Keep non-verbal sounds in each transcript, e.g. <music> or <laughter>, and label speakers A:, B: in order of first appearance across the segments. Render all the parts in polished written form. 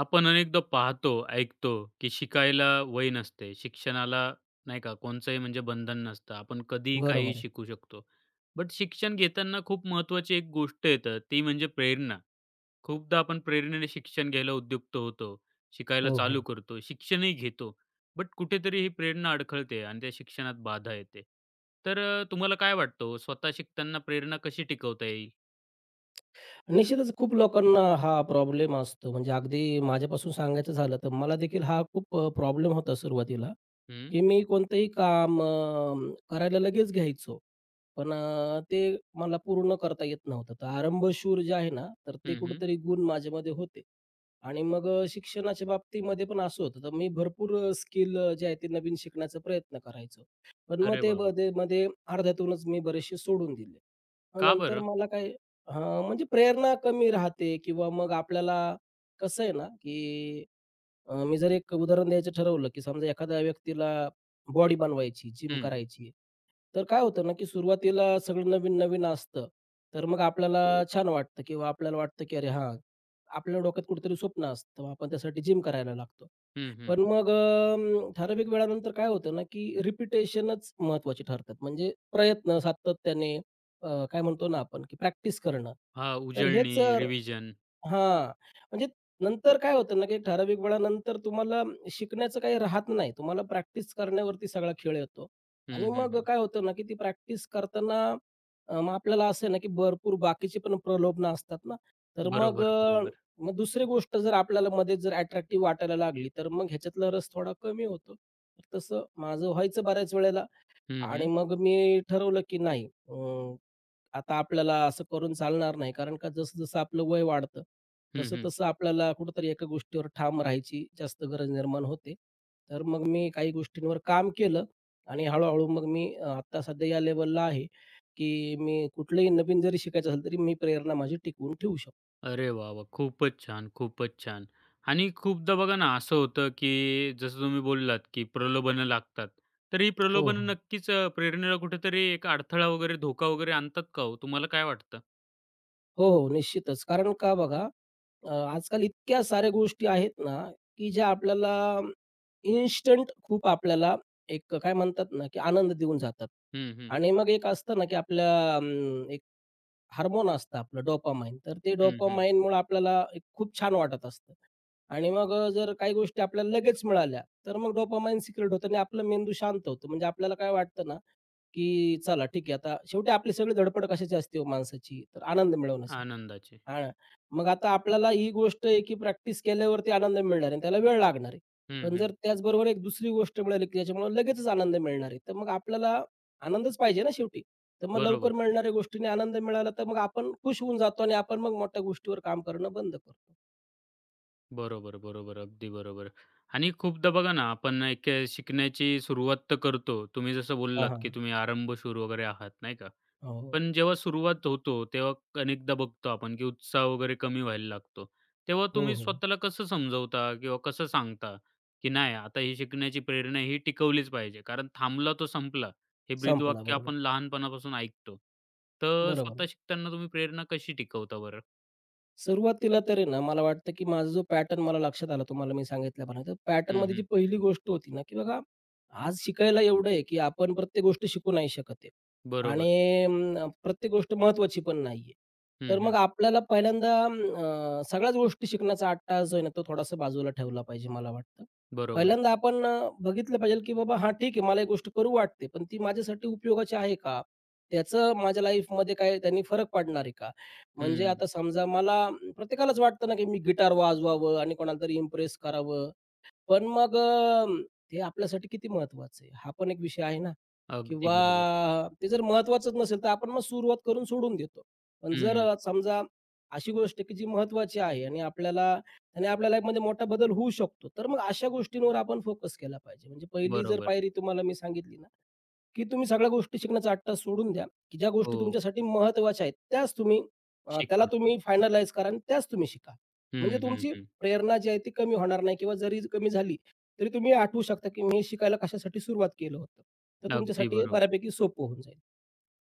A: आपण अनेकदा पाहतो, ऐकतो, की शिकायला वय नसते. शिक्षणाला नाही का कोणचंही म्हणजे बंधन नसतं. आपण कधीही काहीही
B: बरोबर आहे.
A: शिकू शकतो. बट शिक्षण घेताना खूप महत्त्वाची एक गोष्ट येतं ती म्हणजे प्रेरणा. खूपदा आपण प्रेरणेने शिक्षण घ्यायला उद्युक्त होतो. शिकायला
B: हो,
A: चालू
B: हो.
A: करतो. शिक्षणही घेतो. बट कुठेतरी ही प्रेरणा अडखळते आणि त्या शिक्षणात बाधा येते. तर तुम्हाला काय वाटतं हो स्वतः शिकताना प्रेरणा कशी टिकवता येईल?
B: निश्चितच खूप लोकांना हा प्रॉब्लेम असतो. म्हणजे अगदी माझ्यापासून सांगायचं झालं तर मला देखील हा खूप प्रॉब्लेम होता सुरुवातीला,
A: हं.
B: की मी कोणतंही काम करायला लगेच घ्यायचो. पण ते मला पूर्ण करता येत नव्हतं. तर आरंभशूर जे आहे ना, तर ते
A: हं, हं.
B: कुठेतरी गुण माझ्यामध्ये होते. आणि मग शिक्षणाच्या बाबतीमध्ये पण असं होतं, तर मी भरपूर स्किल जे आहे ते नवीन शिकण्याचा प्रयत्न करायचो. पण मग
A: अरे
B: ते
A: वाह,
B: मध्ये मध्ये अर्ध्यातूनच मी बरेचसे सोडून दिले. मग
A: का
B: नंतर
A: बरं?
B: मला काय म्हणजे प्रेरणा कमी राहते किंवा मग आपल्याला कसं आहे ना, की मी जर एक उदाहरण द्यायचं ठरवलं, की समजा एखाद्या व्यक्तीला बॉडी बनवायची, जिम
A: हं.
B: करायची तर काय होतं ना, की सुरुवातीला सगळं नवीन-नवीन असतं. तर मग आपल्याला छान वाटतं किंवा आपल्याला वाटतं, की "अरे हां." आपल्या डोक्यात कुठेतरी स्वप्न असतं. मग आपण त्यासाठी जिम करायला लागतो.
A: हं, हं.
B: पण मग ठराविक वेळानंतर काय होतं ना, की रिपिटेशनच महत्त्वाची ठरतात. म्हणजे प्रयत्न सातत्याने काय म्हणतो ना आपण, की प्रॅक्टिस करणं.
A: हां,
B: तर
A: उजळणी,
B: हेच अ,
A: रिव्हिजन.
B: हां, म्हणजे नंतर काय होतं ना, की ठराविक वेळानंतर तुम्हाला शिकण्याचं काही राहत नाही. तुम्हाला प्रॅक्टिस करण्यावरती सगळा खेळ येतो
A: हं,
B: आणि
A: हं,
B: मग
A: हं.
B: काय होतं ना, की ती प्रॅक्टिस करताना मग आपल्याला असं आहे ना, की भरपूर बाकीची पण प्रलोभनं असतात ना. तर मग
A: बरोबर, बरोबर.
B: मग दुसरी गोष्ट जर आपल्याला मध्ये जर अट्रॅक्टिव्ह वाटायला लागली, तर मग ह्याच्यातला रस थोडा कमी होतो. तर तसं माझं व्हायचं बऱ्याच वेळेला.
A: हं,
B: आणि
A: हं.
B: मग मी ठरवलं की नाही आता आपल्याला असं करून चालणार नाही, कारण का जसं जसं आपलं वय वाढतं,
A: हं,
B: तसं
A: हं.
B: तसं आपल्याला कुठंतरी एका गोष्टीवर ठाम राहायची जास्त गरज निर्माण होते. तर मग मी काही गोष्टींवर काम केलं आणि हळूहळू मग मी आत्ता सध्या या लेवलला आहे, की मी कुठलंही नवीन जरी शिकायचं असेल तरी मी प्रेरणा माझी टिकवून ठेवू शकतो.
A: अरे वाह, वाह! खूपच छान, खूपच छान. आणि खूपदा बघा ना, असं होतं, की जसं तुम्ही बोललात, की प्रलोभनं लागतात. तर ही
B: हो हो
A: प्रलोभनं नक्कीच प्रेरणेला कुठेतरी एक अडथळा वगैरे, धोका वगैरे आणतात का हो? तुम्हाला काय वाटतं?
B: हो, हो. निश्चितच. कारण का बघा, आजकाल इतक्या साऱ्या गोष्टी आहेत ना, की ज्या आपल्याला इन्स्टंट खूप आपल्याला एक काय म्हणतात ना, की आनंद देऊन जातात.
A: हं, हं.
B: आणि मग एक असतं ना, की आपल्या एक हार्मोन असतं आपलं डोपामाइन. तर ते
A: हं, हं.
B: डोपामाइनमुळे आपल्याला एक खूप छान वाटत असतं. आणि मग जर काही गोष्टी आपल्याला लगेच मिळाल्या, तर मग डोपामाइन सिक्रेट होतं आणि आपला मेंदू शांत होतो. म्हणजे आपल्याला काय वाटतं ना, की चला ठीक आहे, आता शेवटी आपली सगळी धडपड कशाची असते हो माणसाची? तर आनंद मिळवण्यासाठी.
A: आनंदाचे.
B: हां, मग आता आपल्याला ही गोष्ट आहे की प्रॅक्टिस केल्यावरती आनंद मिळणार आहे, त्याला वेळ लागणार आहे.
A: हं,
B: पण
A: हं.
B: जर त्याचबरोबर एक दुसरी गोष्ट मिळाली की ज्याच्यामुळे लगेचच आनंद मिळणार आहे. तर मग आपल्याला आनंदच पाहिजे ना शेवटी. तर मग
A: बरोबर.
B: लवकर मिळणाऱ्या गोष्टीने आनंद मिळाला तर मग आपण खुश होऊन जातो आणि आपण मग मोठ्या गोष्टीवर काम करणं बंद करतो.
A: बरोबर, बरोबर. अगदी बरोबर. आणि खूपदा बघा ना, आपण एक शिकण्याची सुरुवात तर करतो. तुम्ही जसं
B: हां,
A: बोललात, की
B: हां.
A: तुम्ही आरंभशूर वगैरे आहात, नाही का?
B: हो,
A: पण जेव्हा सुरुवात होतो, तेव्हा अनेकदा बघतो आपण, की उत्साह वगैरे कमी व्हायला लागतो. तेव्हा
B: हो,
A: तुम्ही
B: हो.
A: स्वतःला कसं समजवता किंवा कसं सांगता, की नाही आता ही शिकण्याची प्रेरणा ही टिकवलीच पाहिजे. कारण थांबला तो संपला, हे
B: संपला.
A: ब्रीदवाक्य
B: बरोबर.
A: आपण लहानपणापासून ऐकतो. तर
B: बरोबर.
A: स्वतः शिकताना तुम्ही प्रेरणा कशी टिकवता बरं?
B: सुरुवातीला तर ना, मला वाटतं, की माझा जो पॅटर्न मला लक्षात आला, तुम्हाला मी सांगितल्याप्रमाणे, तर
A: हं,
B: पॅटर्नमध्ये जी
A: हं.
B: पहिली गोष्ट होती ना, की बघा आज शिकायला एवढं आहे, की आपण प्रत्येक गोष्ट शिकू नाही शकत आहे.
A: बरोबर.
B: आणि प्रत्येक गोष्ट महत्त्वाची पण नाही.
A: हं,
B: तर मग
A: हं.
B: आपल्याला पहिल्यांदा सगळ्याच गोष्टी शिकण्याचा अट्टाहास जो आहे ना, तो थोडासा बाजूला ठेवला पाहिजे मला वाटतं.
A: बरोबर.
B: पहिल्यांदा आपण बघितलं पाहिजे, की बाबा हां, ठीक आहे, मला एक गोष्ट करू वाटते, पण ती माझ्यासाठी उपयोगाची आहे का? त्याचं माझ्या लाईफमध्ये काय त्यांनी फरक पडणार आहे का? म्हणजे
A: हं.
B: आता समजा मला प्रत्येकालाच वाटतं ना, की मी गिटार वाजवावं आणि कोणाला तरी इम्प्रेस करावं. पण मग ते आपल्यासाठी किती महत्वाचं आहे? हा पण एक विषय आहे ना.
A: अगदी
B: किंवा
A: बरोबर.
B: ते जर महत्वाचंच नसेल, तर आपण मग सुरुवात करून सोडून देतो. पण जर
A: हं,
B: समजा अशी गोष्ट आहे, की जी महत्वाची आहे आणि आपल्या लाईफमध्ये मोठा बदल होऊ शकतो. तर मग अशा गोष्टींवर आपण फोकस केला पाहिजे. म्हणजे पहिली जर
A: बरोबर.
B: पायरी तुम्हाला मी सांगितली ना, की तुम्ही सगळ्या गोष्टी शिकण्याचा आट्टा सोडून द्या, की ज्या
A: हो,
B: गोष्टी तुमच्यासाठी महत्त्वाच्या आहेत, त्याच तुम्ही त्याला
A: शिका.
B: तुम्ही फायनलाईज करा आणि त्याच तुम्ही शिका. म्हणजे
A: हं, हं,
B: तुमची
A: हं.
B: प्रेरणा जी आहे ती कमी होणार नाही किंवा जरी कमी झाली, तरी तुम्ही आठवू शकता, की मी हे शिकायला कशासाठी सुरुवात केलं होतं. तर
A: अगदी
B: तुमच्यासाठी
A: बरोबर.
B: बऱ्यापैकी सोपं होऊन जाईल.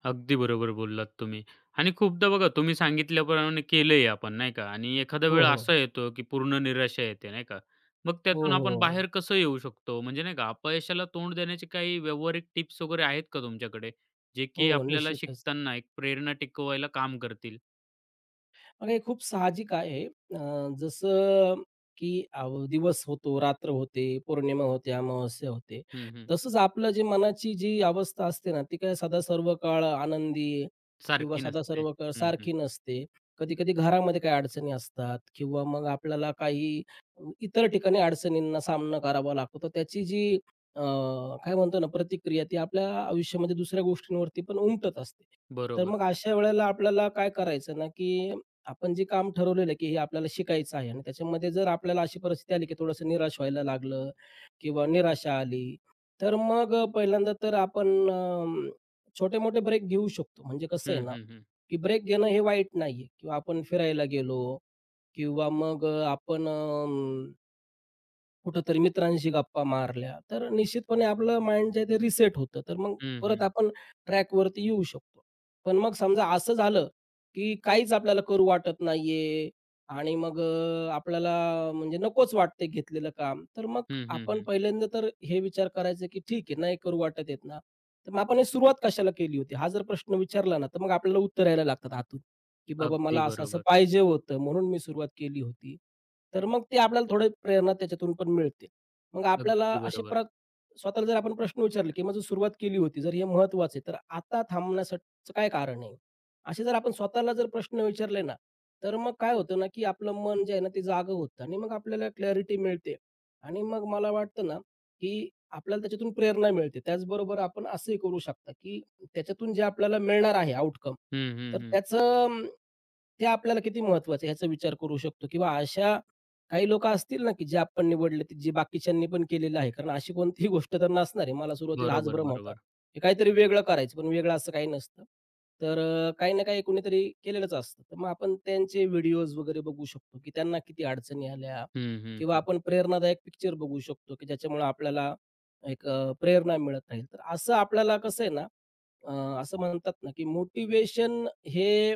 A: अगदी बरोबर बोललात तुम्ही. आणि खूपदा बघा तुम्ही सांगितल्याप्रमाणे केलंही आपण नाही का आणि एखादा
B: हो,
A: वेळ
B: हो.
A: असा येतो, की पूर्ण निराशा येते नाही का. मग
B: हो,
A: त्यातून आपण
B: हो, हो.
A: बाहेर कसं येऊ शकतो? म्हणजे नाही का अपयशाला तोंड देण्याचे काही व्यावहारिक टिप्स वगैरे आहेत का तुमच्याकडे? जे
B: हो,
A: की आपल्याला
B: निश्चितच.
A: शिकताना एक प्रेरणा टिकवायला काम करतील?
B: मग हे खूप साहजिक आहे. अ, जसं की अव दिवस होतो, रात्र होते, पौर्णिमा होते, अमावास्या होते.
A: हं, हं.
B: तसंच आपलं जे मनाची जी अवस्था असते ना, ती काय सदा सर्व काळ आनंदी किंवा
A: सारखी
B: सदा
A: नसते.
B: सर्व काळ
A: हं, हं.
B: सारखी नसते. कधी-कधी घरामध्ये काही अडचणी असतात किंवा मग आपल्याला काही इतर ठिकाणी अडचणींना सामना करावा लागतो. तर त्याची जी अ, काय म्हणतो ना, प्रतिक्रिया ती आपल्या आयुष्यामध्ये दुसऱ्या गोष्टींवरती पण उमटत असते. तर
A: बरोबर.
B: मग अशा वेळेला आपल्याला काय करायचं ना, की आपण जे काम ठरवलेलं आहे, की हे आपल्याला शिकायचं आहे आणि त्याच्यामध्ये जर आपल्याला अशी परिस्थिती आली, की थोडंसं निराश व्हायला लागलं किंवा निराशा आली, तर मग पहिल्यांदा तर आपण छोटे-मोठे ब्रेक घेऊ शकतो. म्हणजे कसं आहे
A: हं,
B: ना,
A: हं, हं.
B: की ब्रेक घेणं हे वाईट नाहीये किंवा आपण फिरायला गेलो किंवा मग आपण कुठेतरी मित्रांशी गप्पा मारल्या, तर निश्चितपणे आपलं माइंड जे आहे ते रिसेट होतं. तर मग
A: हं,
B: परत
A: हं.
B: आपण ट्रॅकवरती येऊ शकतो. पण मग समजा असं झालं, की काहीच आपल्याला करू वाटत नाहीये आणि मग आपल्याला म्हणजे नकोच वाटते घेतलेलं काम. तर मग
A: हं, हं,
B: आपण
A: हं.
B: पहिल्यांदा तर हे विचार करायचे, की ठीक आहे नाही करू वाटत आहेत ना, तर मग आपण हे सुरुवात कशाला केली होती? हा जर प्रश्न विचारला ना, तर मग आपल्याला उत्तर यायला लागतात की बाबा
A: अगदी
B: मला असं-असं
A: बरोबर.
B: पाहिजे होतं म्हणून मी सुरुवात केली होती. तर मग ते आपल्याला थोडी प्रेरणा त्याच्यातून पण मिळते. मग आपल्याला
A: अगदी
B: असे
A: बरोबर.
B: प्र स्वतःला जर आपण प्रश्न विचारले, की माझी सुरुवात केली होती, जर हे महत्त्वाचं तर आता थांबण्यासाठीचं काय कारण आहे? असे जर आपण स्वतःला जर प्रश्न विचारले ना, तर मग काय होतं ना, की आपलं मन जे आहे ना, ते जागं होतं आणि मग आपल्याला क्लॅरिटी मिळते आणि मग मला वाटतं ना, की आपल्याला त्याच्यातून प्रेरणा मिळते. त्याचबरोबर आपण असंही करू शकता, की त्याच्यातून जे आपल्याला मिळणार आहे आउटकम,
A: हं,
B: तर
A: हं, हं.
B: त्याचं ते आपल्याला किती महत्वाचं आहे ह्याचा विचार करू शकतो किंवा अशा काही लोकं असतील ना, की जे आपण निवडले, ते जे बाकीच्यांनी पण केलेलं आहे. कारण अशी कोणतीही गोष्ट तर नसणार आहे. मला सुरुवातीला हाच
A: बरोबर,
B: भ्रम होता,
A: बरोबर.
B: की काहीतरी वेगळं करायचं, पण वेगळं असं काही नसतं. तर काही ना काही कोणीतरी केलेलंच असतं. तर मग आपण त्यांचे व्हिडिओज वगैरे बघू शकतो, की त्यांना किती अडचणी आल्या
A: हं, हं,
B: किंवा
A: हं.
B: आपण प्रेरणादायक पिक्चर बघू शकतो, की ज्याच्यामुळे आपल्याला एक प्रेरणा मिळत राहील. तर असं आपल्याला कसं आहे ना, अ, असं म्हणतात ना, की मोटिवेशन हे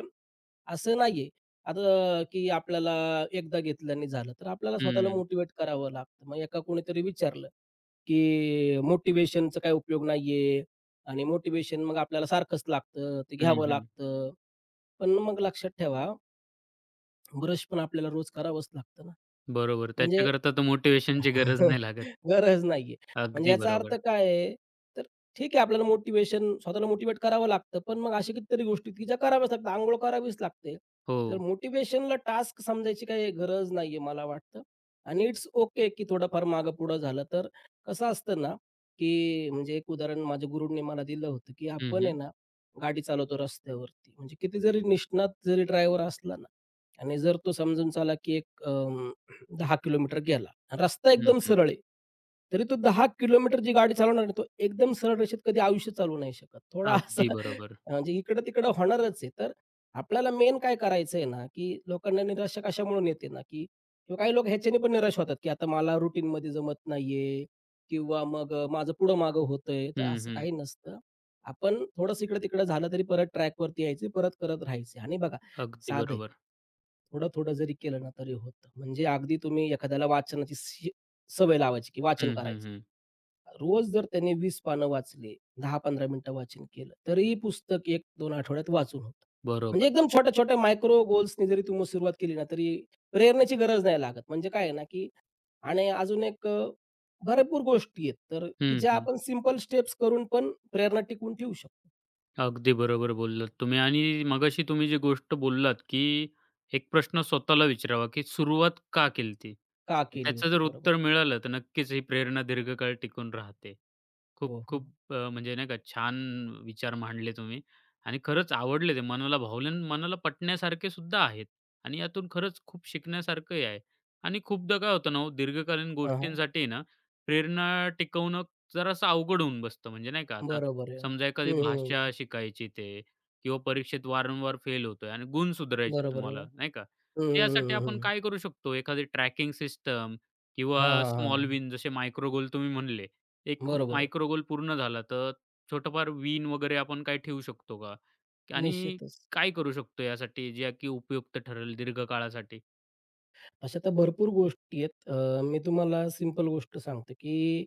B: असं नाहीये, आता की आपल्याला एकदा घेतलं आणि झालं. तर आपल्याला स्वतःला
A: हं,
B: मोटिवेट करावं लागतं. मग एका कोणीतरी विचारलं, की मोटिवेशनचा काही उपयोग नाहीये आणि मोटिवेशन मग आपल्याला सारखंच लागतं, ते
A: हं,
B: घ्यावं
A: हं.
B: लागतं. पण मग लक्षात ठेवा, ब्रश पण आपल्याला रोज करावंच लागतं ना.
A: बरोबर.
B: म्हणजे
A: त्याच्याकरता तर मोटिव्हेशनची गरज नाही
B: <laughs>
A: लागत.
B: गरज नाहीये. म्हणजे
A: अगदी
B: याचा अर्थ
A: बरोबर.
B: काय आहे, तर ठीक आहे आपल्याला मोटिव्हेशन स्वतःला मोटिव्हेट करावं लागतं. पण मग अशा कितीतरी गोष्टी आहेत, की ज्या कराव्याच लागतात. अंघोळ करावीच लागते.
A: हो.
B: तर मोटिव्हेशनला टास्क समजायची काही गरज नाहीये मला वाटतं. आणि इट्स ओके, की थोडंफार मागं-पुढं झालं तर कसं असतं ना, की म्हणजे एक उदाहरण माझ्या गुरूंनी मला दिलं होतं, की
A: हं,
B: आपण आहे
A: हं.
B: ना, गाडी चालवतो रस्त्यावरती. म्हणजे किती जरी निष्णात जरी ड्रायव्हर असला ना आणि जर तो समजून चला, की एक 10 किलोमीटर गेला. रस्ता
A: हं,
B: एकदम
A: हं.
B: सरळ आहे. तरी तो 10 किलोमीटर जी गाडी चालवणार आहे, तो एकदम सरळ रेषेत कधी आयुष्य चालवू नाही शकत. थोडा असा
A: अगदी बरोबर.
B: म्हणजे इकडं-तिकडं होणारच आहे. तर आपल्याला मेन काय करायचंय ना, की लोकांना निराशा कशामुळून येते ना, की किंवा काही लोक ह्याच्याने पण निराश होतात, की आता मला रुटीनमध्ये जमत नाहीये किंवा मग माझं पुढं-मागं होतंय. तर
A: हं,
B: असं
A: हं.
B: काही नसतं. आपण थोडंसं इकडं-तिकडं झालं तरी परत ट्रॅकवरती यायचं, परत करत राहायचे आणि बघा
A: अगदी
B: साधं आहे.
A: बरोबर.
B: थोडं-थोडं जरी केलं ना तरी होतं. म्हणजे अगदी तुम्ही एखाद्याला वाचनाची सवय लावायची, की वाचन
A: हं, हं,
B: करायचं.
A: हं.
B: रोज जर त्याने 20 पानं वाचली, 10-15 मिनिटं वाचन केलं, तरीही पुस्तक एक 2 आठवड्यात वाचून होतं. म्हणजे
A: बरोबर,
B: एकदम
A: बरोबर.
B: छोट्या-छोट्या मायक्रो गोल्सनी जरी तुम्ही सुरुवात केली ना, तरी प्रेरणेची गरज नाही लागत. म्हणजे काय आहे ना, की आणि अजून एक भरपूर गोष्टी आहेत, तर की
A: हं,
B: ज्या
A: हं.
B: आपण सिंपल स्टेप्स करून पण प्रेरणा टिकवून ठेवू शकतो.
A: अगदी बरोबर बोललात तुम्ही आणि मगाशी तुम्ही जी गोष्ट बोललात, की एक प्रश्न स्वतःला विचारावा, की सुरुवात का केली ती?
B: का केली
A: त्याचं
B: होती?
A: जर
B: बरोबर.
A: उत्तर मिळालं, तर नक्कीच ही प्रेरणा दीर्घकाळ टिकून राहते.
B: हो, हो.
A: खूप-खूप म्हणजे नाही का छान विचार मांडले तुम्ही आणि खरंच आवडले ते मनाला भावले आणि मनाला पटण्यासारखे सुद्धा आहेत आणि यातून खरंच खूप शिकण्यासारखंही आहे आणि खूपदा काय होतं ना हो, दीर्घकालीन
B: हां, हां.
A: गोष्टींसाठी ना प्रेरणा टिकवणं जरासं अवघड होऊन बसतं. म्हणजे नाही का आता
B: बरोबर आहे.
A: समजा एखादी
B: हं,
A: भाषा शिकायची ते किंवा परीक्षेत वारंवार फेल होतोय आणि गुण सुधारायचे
B: बरोबर आहे.
A: तुम्हाला नाही का?
B: हं, हं,
A: त्यासाठी
B: हं,
A: आपण
B: हं.
A: काय करू शकतो? एखादी ट्रॅकिंग सिस्टम
B: हां,
A: किंवा
B: हां, हां.
A: स्मॉल विन जसे मायक्रो गोल तुम्ही म्हणले. एक
B: बरोबर आहे.
A: मायक्रो गोल पूर्ण झाला, तर छोटंफार विन वगैरे आपण काय ठेवू शकतो का? आणि
B: निश्चितच.
A: काय करू शकतो यासाठी जे की उपयुक्त ठरेल दीर्घकाळासाठी?
B: अशा तर भरपूर गोष्टी आहेत. मी तुम्हाला सिंपल गोष्ट सांगतो, की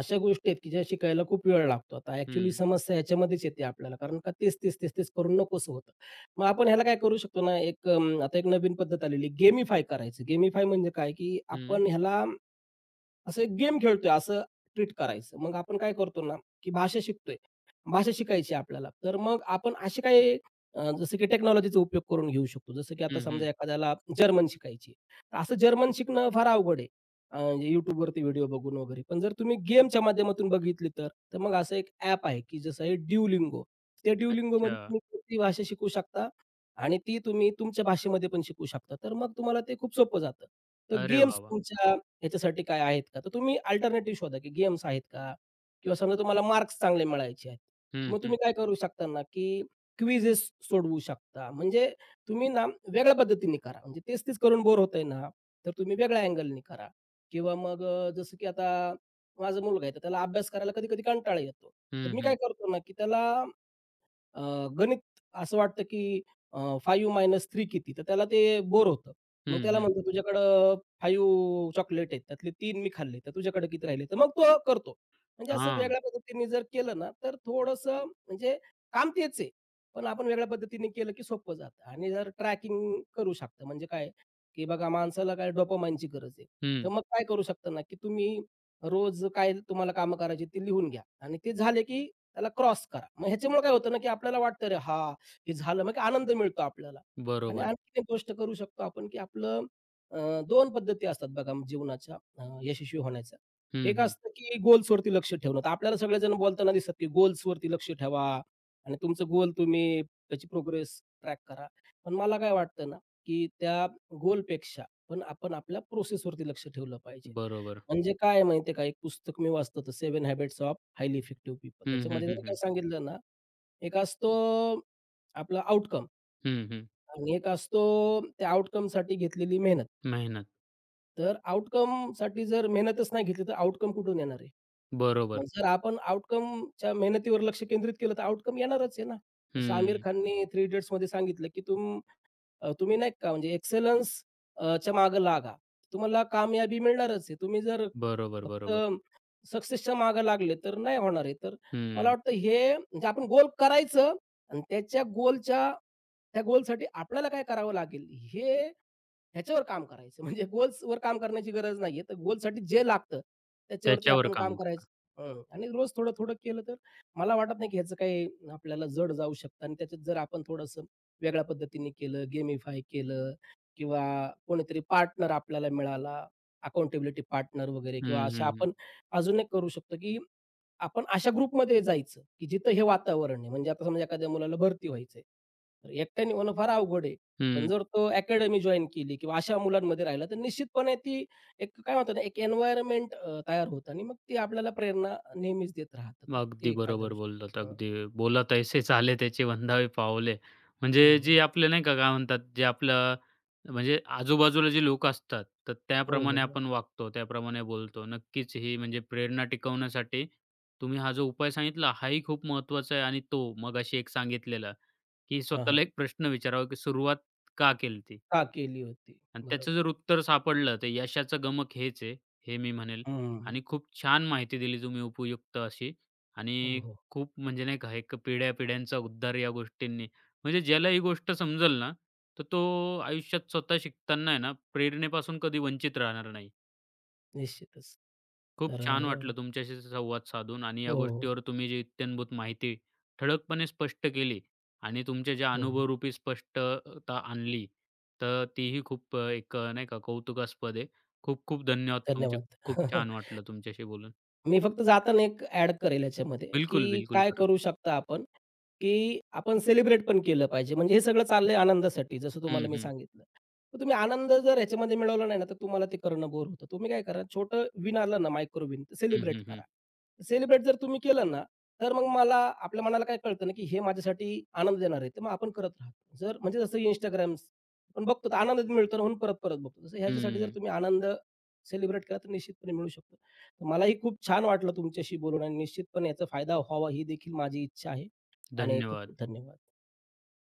B: अशा गोष्टी आहेत, की ज्या शिकायला खूप वेळ लागतो. आता ॲक्चुअली
A: हं,
B: समस्या ह्याच्यामध्येच येते आपल्याला, कारण का तेच करून नकोसं होतं. मग आपण ह्याला काय करू शकतो ना, एक आता एक नवीन पद्धत आलेली गेमिफाय करायचं. गेमिफाय म्हणजे काय, की
A: हं,
B: आपण ह्याला असं एक गेम खेळतोय असं ट्रीट करायचं. मग आपण काय करतो ना, की भाषा शिकतोय. भाषा शिकायची आहे आपल्याला. तर मग आपण असे काही जसं की टेक्नॉलॉजीचा उपयोग करून घेऊ शकतो. जसं की आता
A: हं,
B: समजा
A: हं.
B: एखाद्याला जर्मन शिकायची आहे. तर असं जर्मन शिकणं फार अवघड आहे. अ, YouTubeवरती व्हिडिओ बघून वगैरे. पण जर तुम्ही गेमच्या माध्यमातून बघितली तर, तर मग असं एक ॲप आहे, की जसं आहे Duolingo. त्या Duolingoमध्ये
A: अच्छा.
B: तुम्ही कोणतीही भाषा शिकू शकता आणि ती तुम्ही तुमच्या भाषेमध्ये पण शिकू शकता. तर मग तुम्हाला ते खूप सोपं जातं. तर
A: अरे
B: गेम्स
A: वाह, वाह!
B: तुमच्या याच्यासाठी काय आहेत का? तर तुम्ही अल्टरनेटिव्ह शोधा, की गेम्स आहेत का? किंवा समजा तुम्हाला मार्क्स चांगले मिळवायचे आहेत.
A: हं,
B: मग
A: हं,
B: तुम्ही काय करू शकता ना, की क्विजेस सोडवू शकता. म्हणजे तुम्ही ना वेगळ्या पद्धतीने करा. म्हणजे तेच-तेच करून बोर होतंय ना, तर तुम्ही वेगळ्या अँगलनी करा. किंवा मग जसं की आता माझा मुलगा आहे, तर त्याला अभ्यास करायला कधी-कधी कंटाळा येतो. तर
A: हं,
B: मी काय
A: हं,
B: करतो ना, की त्याला अ, गणित असं वाटतं की अ, 5-3 किती? तर त्याला ते बोर होतं. मग
A: हं,
B: त्याला
A: हं.
B: म्हणतो, "तुझ्याकडं 5 चॉकलेट आहेत, त्यातले 3 मी खाल्ले, तर तुझ्याकडे किती राहिले?" तर मग तो करतो. म्हणजे असं
A: हां.
B: वेगळ्या पद्धतीने जर केलं ना, तर थोडंसं म्हणजे काम तेच आहे, पण आपण वेगळ्या पद्धतीने केलं की सोपं जातं आणि जर ट्रॅकिंग करू शकता. म्हणजे काय, की बघा माणसाला काय डोपामाइनची गरज आहे. तर
A: हं.
B: मग काय करू शकता ना, की तुम्ही रोज काय तुम्हाला कामं करायची ती लिहून घ्या आणि ते झाले की त्याला क्रॉस करा. मग ह्याच्यामुळे काय होतं ना, की आपल्याला वाटतं अरे हां, हे झालं मग आनंद मिळतो आपल्याला. आणि
A: बरोबर.
B: आणखी एक गोष्ट करू शकतो आपण, की आपलं अ, 2 पद्धती असतात बघा म्हणजे जीवनाच्या यशस्वी होण्याच्या.
A: हं,
B: एक
A: हं.
B: असतं, की गोल्सवरती लक्ष ठेवणं. तर आपल्याला सगळेजण बोलताना दिसतात, की गोल्सवरती लक्ष ठेवा आणि तुमचं गोल तुम्ही त्याची प्रोग्रेस ट्रॅक करा. पण मला काय वाटतं ना, की त्या गोलपेक्षा पण आपण आपल्या प्रोसेसवरती लक्ष ठेवलं पाहिजे.
A: बरोबर.
B: म्हणजे काय आहे का, एक पुस्तक मी वाचलं होतं, seven habits of highly effective people.
A: हं, हं,
B: त्याच्यामध्ये
A: हं,
B: त्याने काय
A: हं.
B: सांगितलं ना, एक असतो आपला आउटकम
A: हं, हं.
B: आणि एक असतो त्या आउटकमसाठी घेतलेली मेहनत.
A: मेहनत.
B: तर आउटकमसाठी जर मेहनतच नाही घेतली, तर आउटकम कुठून येणार आहे?
A: बरोबर.
B: मग जर आपण आउटकमच्या मेहनतीवर लक्ष केंद्रित केलं, तर आउटकम येणारच आहे ना. जसं आमिर
A: हं.
B: खानने थ्री इडियट्समध्ये सांगितलं, की तुम्ही नाही का म्हणजे एक्सेलन्स अ, च्या मागे लागा. तुम्हाला कामयाबी मिळणारच आहे. तुम्ही जर
A: बरोबर,
B: फक्त
A: बरोबर.
B: सक्सेसच्या मागे लागले तर नाही होणार आहे. तर मला
A: हं.
B: वाटतं हे म्हणजे आपण गोल करायचं आणि त्या गोलसाठी आपल्याला काय करावं लागेल हे ह्याच्यावर काम करायचं. म्हणजे गोल्सवर काम करण्याची गरज नाहीये. तर गोलसाठी जे लागतं त्याच्यावरती
A: त्याच्यावर
B: आपण काम
A: काम करा.
B: करायचं. हं. आणि रोज थोडं-थोडं केलं तर मला वाटत नाही की ह्याचं काही आपल्याला जड जाऊ शकतं आणि त्याच्यात जर आपण थोडंसं वेगळ्या पद्धतीने केलं, गेमिफाय केलं किंवा कोणीतरी पार्टनर आपल्याला मिळाला, अकाउंटेबिलिटी पार्टनर वगैरे
A: हं,
B: किंवा अशा
A: हं, हं.
B: आपण अजून एक करू शकतो की आपण अशा ग्रुपमध्ये जायचं की जिथं हे वातावरण आहे. म्हणजे आता समजा एखाद्या मुलाला भरती व्हायचंय. तर एकट्याने होणं फार अवघड आहे. पण
A: हं.
B: जर तो अकॅडमी जॉइन केली किंवा अशा मुलांमध्ये राहिला, तर निश्चितपणे ती एक काय म्हणतात ना, एक एन्व्हायर्नमेंट तयार होतं आणि मग ती आपल्याला प्रेरणा नेहमीच देत राहतं. तर
A: अगदी
B: ते एक फायदा होऊ
A: बरोबर बोललात.
B: शकतो. हं.
A: अगदी बोला तैसे चाले त्याचे वंदावे पावले.
B: हो,
A: म्हणजे
B: हो.
A: जे आपले नाही का, काय म्हणतात, जे आपलं म्हणजे आजूबाजूला जे लोक असतात, तर
B: हो, हो,
A: त्याप्रमाणे
B: हो.
A: आपण वागतो, त्याप्रमाणे बोलतो. नक्कीच ही म्हणजे प्रेरणा टिकवण्यासाठी तुम्ही हा जो उपाय सांगितला, हाही खूप महत्त्वाचा आहे आणि तो मगाशी एक सांगितलेला, की
B: हां, हां.
A: स्वतःला एक प्रश्न विचारावा, की सुरुवात का केली ती?
B: का केली होती.
A: आणि त्याचं
B: बरोबर.
A: जर उत्तर सापडलं तर यशाचं गमक हेच आहे, हे मी म्हणेल.
B: हं.
A: आणि खूप छान माहिती दिली तुम्ही उपयुक्त अशी
B: हो,
A: आणि
B: हो.
A: खूप म्हणजे नाही का, एक पिढ्या-पिढ्यांचा उद्धार या गोष्टींनी. म्हणजे ज्याला ही गोष्ट समजेल ना, तर तो आयुष्यात स्वतः शिकताना आहे ना, प्रेरणेपासून कधी वंचित राहणार नाही.
B: निश्चितच.
A: खूप
B: तर
A: छान
B: अ,
A: वाटलं तुमच्याशी संवाद साधून आणि
B: हो,
A: या
B: हो.
A: गोष्टीवर तुम्ही जी इत्यंभूत माहिती ठळकपणे स्पष्ट केली आणि तुमच्या ज्या
B: हो, हो.
A: अनुभवरूपी स्पष्टता आणली, तर तीही खूप नाही का कौतुकास्पद आहे. खूप खूप धन्यवाद तुमचे.
B: धन्यवाद.
A: खूप
B: <laughs>
A: छान वाटलं तुमच्याशी बोलून.
B: मी फक्त जाताना एक ॲड करेल याच्यामध्ये,
A: बिलकुल,
B: की
A: बिलकुल
B: काय
A: करा.
B: करू शकता आपण, की आपण सेलिब्रेट पण केलं पाहिजे. म्हणजे हे सगळं चाललंय आनंदासाठी, जसं
A: हं,
B: तुम्हाला मी
A: हं.
B: सांगितलं. तर तुम्ही आनंद जर ह्याच्यामध्ये मिळवला नाही ना, तर तुम्हाला ते करणं बोर होतं. तुम्ही काय करा, छोटं विन आलं ना, मायक्रो विन,
A: हं,
B: सेलिब्रेट
A: हं, हं.
B: करा. सेलिब्रेट जर तुम्ही केलं ना, तर मग मला आपल्या मनाला काय कळतं ना, की हे माझ्यासाठी आनंद देणार आहे, तर मग आपण करत राहतो. जर म्हणजे जसं Instagram आपण बघतो, तर आनंद मिळतो ना, म्हणून परत-परत बघतो. तसं ह्याच्यासाठी जर
A: हं.
B: तुम्ही आनंद सेलिब्रेट केला, तर निश्चितपणे मिळू शकतो. मलाही खूप छान वाटलं तुमच्याशी बोलून आणि निश्चितपणे याचा फायदा व्हावा ही देखील माझी इच्छा आहे आणि खूप
A: धन्यवाद.
B: खूप धन्यवाद.